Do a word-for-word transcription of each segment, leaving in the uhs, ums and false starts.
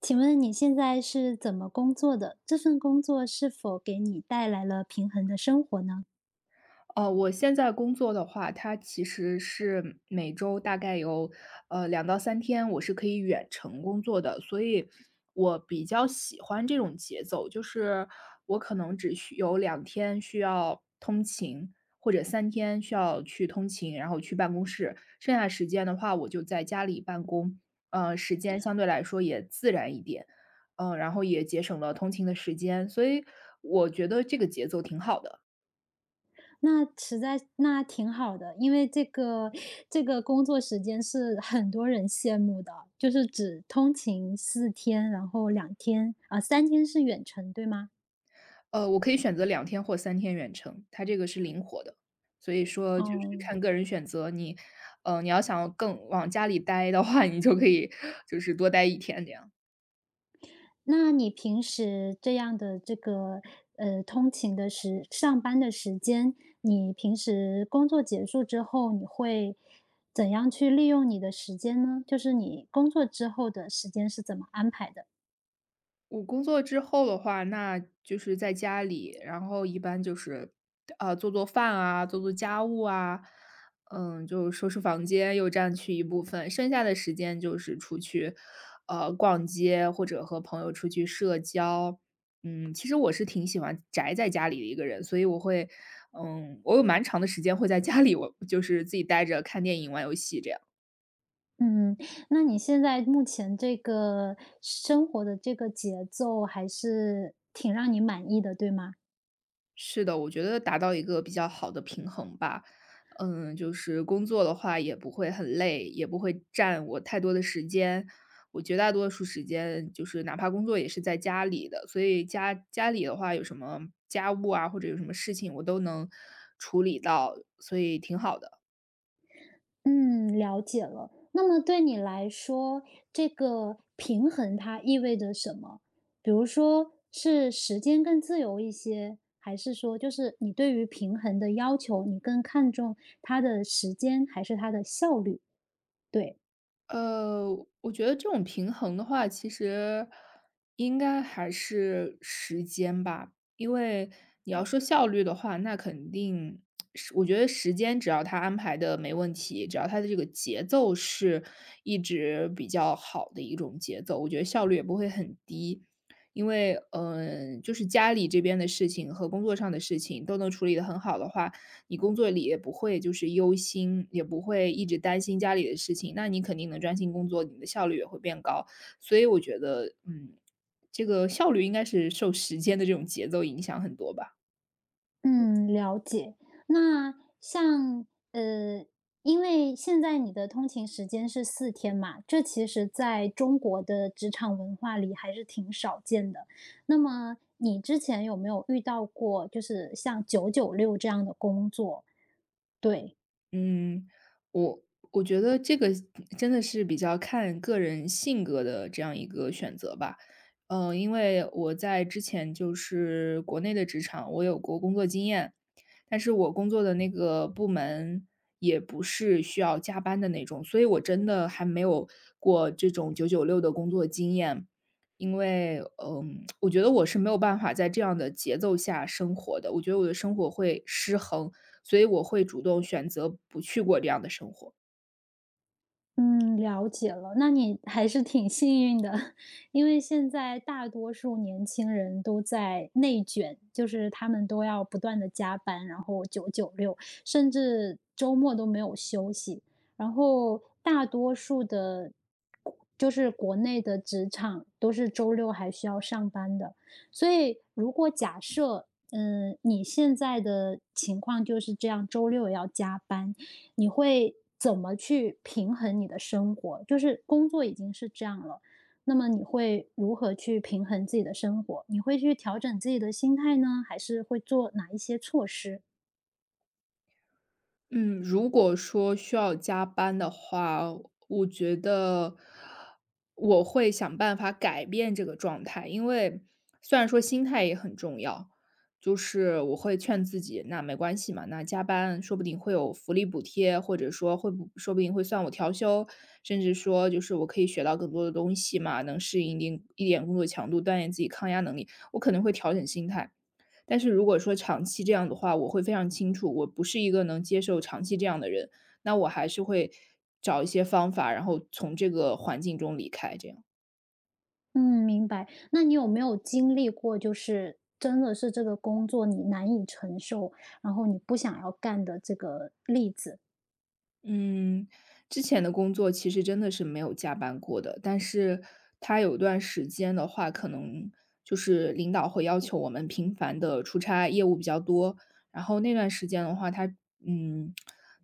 请问你现在是怎么工作的？这份工作是否给你带来了平衡的生活呢？呃，我现在工作的话，它其实是每周大概有，呃两到三天我是可以远程工作的，所以我比较喜欢这种节奏，就是我可能只需有两天需要通勤，或者三天需要去通勤，然后去办公室，剩下时间的话我就在家里办公，呃，时间相对来说也自然一点，嗯，然后也节省了通勤的时间，所以我觉得这个节奏挺好的。那实在那挺好的，因为这个这个工作时间是很多人羡慕的，就是只通勤四天，然后两天啊、三天是远程，对吗？呃，我可以选择两天或三天远程，它这个是灵活的。所以说嗯就是哦，看个人选择，你呃，你要想更往家里待的话，你就可以就是多待一天这样。那你平时这样的这个，呃，通勤的时上班的时间，你平时工作结束之后，你会怎样去利用你的时间呢？就是你工作之后的时间是怎么安排的？我工作之后的话，那就是在家里，然后一般就是，呃，做做饭啊，做做家务啊，嗯，就收拾房间又占去一部分，剩下的时间就是出去，呃，逛街或者和朋友出去社交。嗯，其实我是挺喜欢宅在家里的一个人，所以我会，嗯，我有蛮长的时间会在家里，我就是自己待着看电影、玩游戏这样。嗯，那你现在目前这个生活的这个节奏还是挺让你满意的，对吗？是的，我觉得达到一个比较好的平衡吧。嗯，就是工作的话也不会很累，也不会占我太多的时间。我绝大多数时间就是哪怕工作也是在家里的，所以家家里的话有什么家务啊，或者有什么事情我都能处理到，所以挺好的。嗯，了解了。那么对你来说，这个平衡它意味着什么？比如说是时间更自由一些，还是说就是你对于平衡的要求，你更看重它的时间还是它的效率？对。呃，我觉得这种平衡的话，其实应该还是时间吧。因为你要说效率的话，那肯定是我觉得时间只要他安排的没问题，只要他的这个节奏是一直比较好的一种节奏，我觉得效率也不会很低。因为，嗯、就是家里这边的事情和工作上的事情都能处理得很好的话，你工作里也不会就是忧心，也不会一直担心家里的事情，那你肯定能专心工作，你的效率也会变高。所以我觉得，嗯，这个效率应该是受时间的这种节奏影响很多吧。嗯，了解。那像呃，因为现在你的通勤时间是四天嘛，这其实在中国的职场文化里还是挺少见的。那么你之前有没有遇到过，就是像九九六这样的工作？对。嗯，我我觉得这个真的是比较看个人性格的这样一个选择吧。嗯，因为我在之前就是国内的职场，我有过工作经验，但是我工作的那个部门也不是需要加班的那种，所以我真的还没有过这种九九六的工作经验。因为，嗯，我觉得我是没有办法在这样的节奏下生活的，我觉得我的生活会失衡，所以我会主动选择不去过这样的生活。嗯，了解了，那你还是挺幸运的，因为现在大多数年轻人都在内卷，就是他们都要不断的加班，然后九九六，甚至周末都没有休息。然后大多数的就是国内的职场都是周六还需要上班的。所以如果假设，嗯，你现在的情况就是这样，周六也要加班，你会怎么去平衡你的生活？就是工作已经是这样了，那么你会如何去平衡自己的生活？你会去调整自己的心态呢，还是会做哪一些措施？嗯，如果说需要加班的话，我觉得我会想办法改变这个状态，因为虽然说心态也很重要，就是我会劝自己，那没关系嘛，那加班说不定会有福利补贴，或者说会不说不定会算我调休，甚至说就是我可以学到更多的东西嘛，能适应一定一点工作强度，锻炼自己抗压能力，我可能会调整心态。但是如果说长期这样的话，我会非常清楚，我不是一个能接受长期这样的人，那我还是会找一些方法，然后从这个环境中离开，这样。嗯，明白。那你有没有经历过，就是真的是这个工作你难以承受，然后你不想要干的这个例子？嗯，之前的工作其实真的是没有加班过的，但是他有段时间的话，可能就是领导会要求我们频繁的出差，业务比较多。然后那段时间的话，他嗯，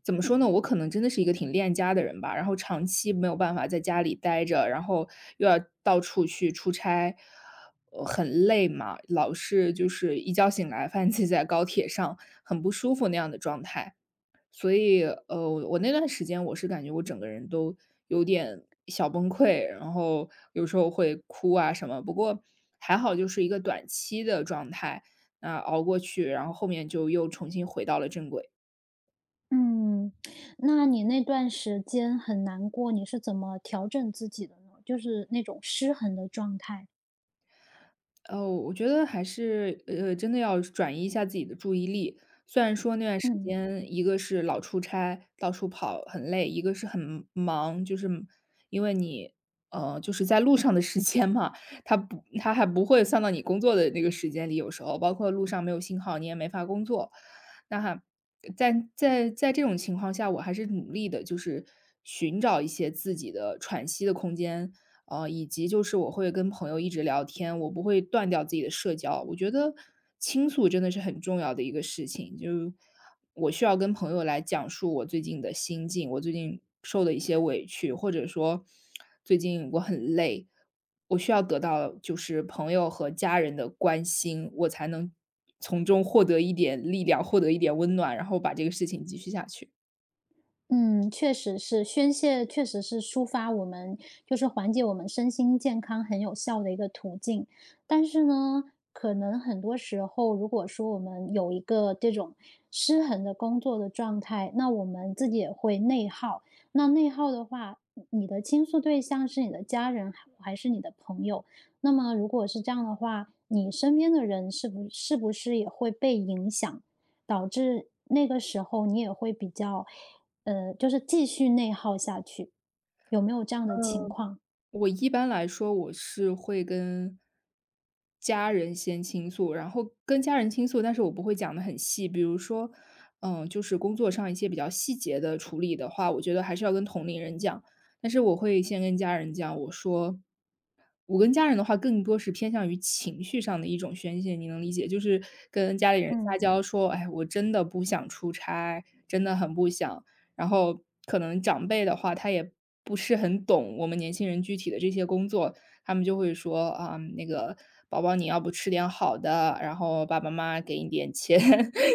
怎么说呢，我可能真的是一个挺恋家的人吧，然后长期没有办法在家里待着，然后又要到处去出差，呃，很累嘛，老是就是一觉醒来，发现自己在高铁上，很不舒服那样的状态。所以，呃，我那段时间我是感觉我整个人都有点小崩溃，然后有时候会哭啊什么。不过还好就是一个短期的状态，那熬过去，然后后面就又重新回到了正轨。嗯，那你那段时间很难过，你是怎么调整自己的呢？就是那种失衡的状态。哦，我觉得还是，呃，真的要转移一下自己的注意力。虽然说那段时嗯。间，一个是老出差，到处跑很累，一个是很忙，就是因为你，呃，就是在路上的时间嘛，它不它还不会算到你工作的那个时间里，有时候包括路上没有信号，你也没法工作。那还在在在这种情况下，我还是努力的，就是寻找一些自己的喘息的空间，呃，以及就是我会跟朋友一直聊天，我不会断掉自己的社交。我觉得倾诉真的是很重要的一个事情，就我需要跟朋友来讲述我最近的心境，我最近受的一些委屈，或者说最近我很累，我需要得到就是朋友和家人的关心，我才能从中获得一点力量，获得一点温暖，然后把这个事情继续下去。嗯，确实是，宣泄确实是抒发我们，就是缓解我们身心健康很有效的一个途径。但是呢，可能很多时候，如果说我们有一个这种失衡的工作的状态，那我们自己也会内耗。那内耗的话，你的倾诉对象是你的家人还是你的朋友？那么如果是这样的话，你身边的人是不是不是也会被影响？导致那个时候你也会比较，呃，就是继续内耗下去，有没有这样的情况？我一般来说，我是会跟家人先倾诉，然后跟家人倾诉，但是我不会讲的很细。比如说，嗯，就是工作上一些比较细节的处理的话，我觉得还是要跟同龄人讲。但是我会先跟家人讲，我说，我跟家人的话更多是偏向于情绪上的一种宣泄，你能理解，就是跟家里人嗯。撒娇说：“哎，我真的不想出差，真的很不想。”然后可能长辈的话，他也不是很懂我们年轻人具体的这些工作，他们就会说：“啊，那个宝宝你要不吃点好的，然后爸爸妈妈给你点钱。”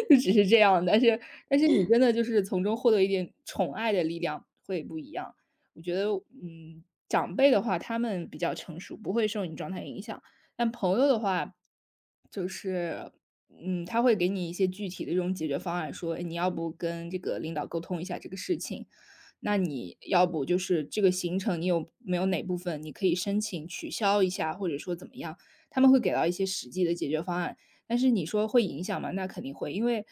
就只是这样，但是但是你真的就是从中获得一点宠爱的力量，会不一样。我觉得，嗯，长辈的话，他们比较成熟，不会受你状态影响。但朋友的话，就是，嗯，他会给你一些具体的这种解决方案，说，哎你要不跟这个领导沟通一下这个事情，那你要不就是这个行程你有没有哪部分你可以申请取消一下，或者说怎么样，他们会给到一些实际的解决方案。但是你说会影响吗？那肯定会，因为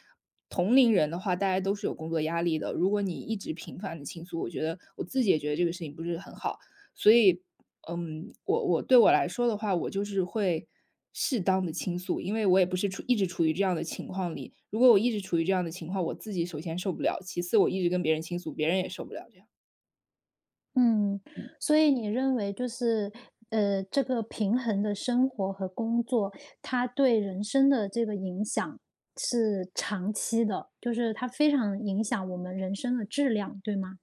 同龄人的话，大家都是有工作压力的。如果你一直频繁的倾诉，我觉得我自己也觉得这个事情不是很好，所以嗯，我我对我来说的话，我就是会适当的倾诉，因为我也不是处一直处于这样的情况里。如果我一直处于这样的情况，我自己首先受不了，其次我一直跟别人倾诉，别人也受不了这样。嗯，所以你认为就是呃，这个平衡的生活和工作，它对人生的这个影响是长期的，就是它非常影响我们人生的质量，对吗？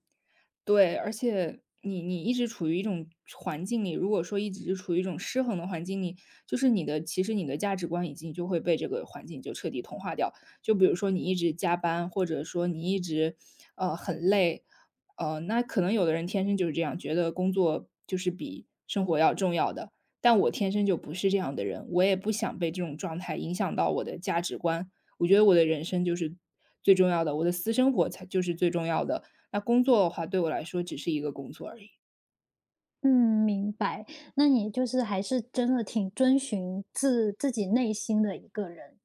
对，而且你你一直处于一种环境里，如果说一直是处于一种失衡的环境里，就是你的其实你的价值观已经就会被这个环境就彻底同化掉。就比如说你一直加班，或者说你一直呃很累，呃，那可能有的人天生就是这样，觉得工作就是比生活要重要的。但我天生就不是这样的人，我也不想被这种状态影响到我的价值观。我觉得我的人生就是最重要的，我的私生活才就是最重要的。那工作的话，对我来说只是一个工作而已。嗯，明白。那你就是还是真的挺遵循自自己内心的一个人。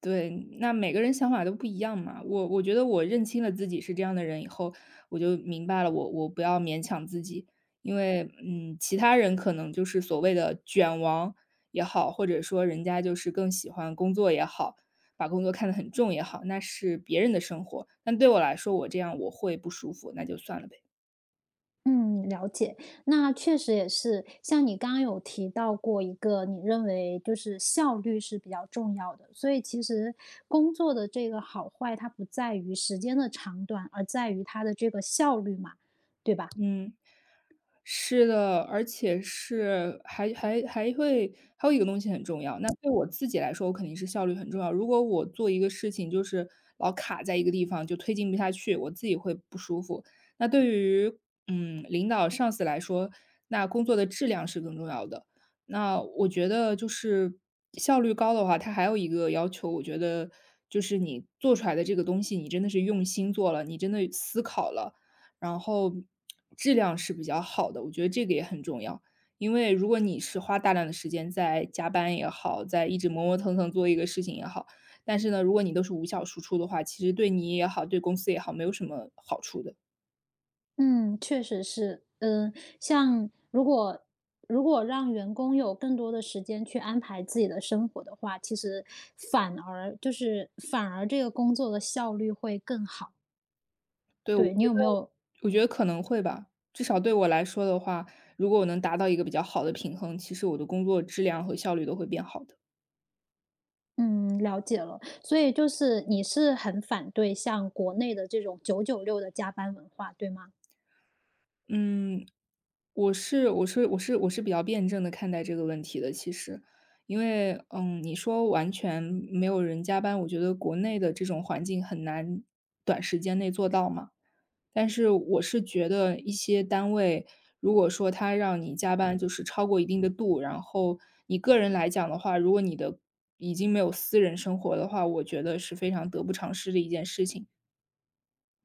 对，那每个人想法都不一样嘛。我我觉得我认清了自己是这样的人以后，我就明白了我我不要勉强自己，因为嗯，其他人可能就是所谓的卷王也好，或者说人家就是更喜欢工作也好，把工作看得很重也好，那是别人的生活。但对我来说，我这样我会不舒服，那就算了呗。嗯，了解。那确实也是，像你刚刚有提到过一个，你认为就是效率是比较重要的，所以其实工作的这个好坏，它不在于时间的长短，而在于它的这个效率嘛，对吧？嗯，是的，而且是还还还会还有一个东西很重要，那对我自己来说，我肯定是效率很重要。如果我做一个事情就是老卡在一个地方，就推进不下去，我自己会不舒服。那对于嗯领导上司来说，那工作的质量是更重要的。那我觉得就是效率高的话，它还有一个要求，我觉得就是你做出来的这个东西，你真的是用心做了，你真的思考了。然后质量是比较好的，我觉得这个也很重要。因为如果你是花大量的时间在加班也好，在一直磨磨蹭蹭做一个事情也好，但是呢，如果你都是无效输出的话，其实对你也好，对公司也好，没有什么好处的。嗯，确实是。嗯，像如果如果让员工有更多的时间去安排自己的生活的话，其实反而就是反而这个工作的效率会更好。对，我觉对，你有没得有我觉得可能会吧，至少对我来说的话，如果我能达到一个比较好的平衡，其实我的工作质量和效率都会变好的。嗯，了解了。所以就是你是很反对像国内的这种九九六的加班文化，对吗？嗯，我是我是我是我是比较辩证的看待这个问题的，其实。因为，嗯，你说完全没有人加班，我觉得国内的这种环境很难短时间内做到嘛。但是我是觉得一些单位，如果说他让你加班就是超过一定的度，然后你个人来讲的话，如果你的已经没有私人生活的话，我觉得是非常得不偿失的一件事情。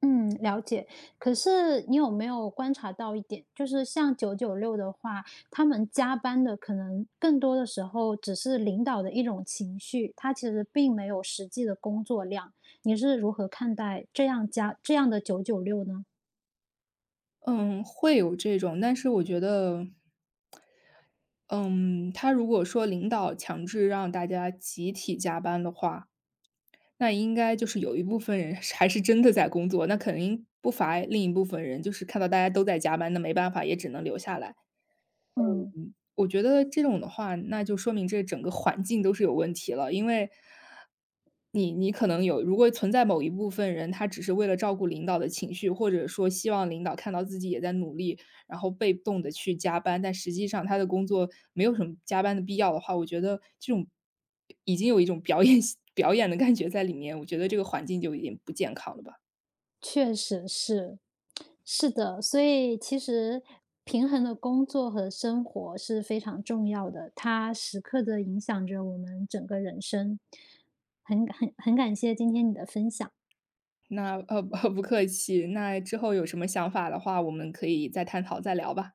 嗯，了解。可是你有没有观察到一点，就是像九九六的话，他们加班的可能更多的时候只是领导的一种情绪，他其实并没有实际的工作量。你是如何看待这样加这样的九九六呢？嗯，会有这种，但是我觉得嗯，他如果说领导强制让大家集体加班的话，那应该就是有一部分人 是还是真的在工作，那肯定不乏另一部分人，就是看到大家都在加班，那没办法，也只能留下来。嗯。我觉得这种的话，那就说明这整个环境都是有问题了。因为你你可能有如果存在某一部分人，他只是为了照顾领导的情绪，或者说希望领导看到自己也在努力，然后被动的去加班，但实际上他的工作没有什么加班的必要的话，我觉得这种已经有一种表演 表演的感觉在里面，我觉得这个环境就有点不健康了吧。确实是，是的，所以其实平衡的工作和生活是非常重要的，它时刻的影响着我们整个人生。很很很感谢今天你的分享。那，呃 不客气，那之后有什么想法的话，我们可以再探讨再聊吧。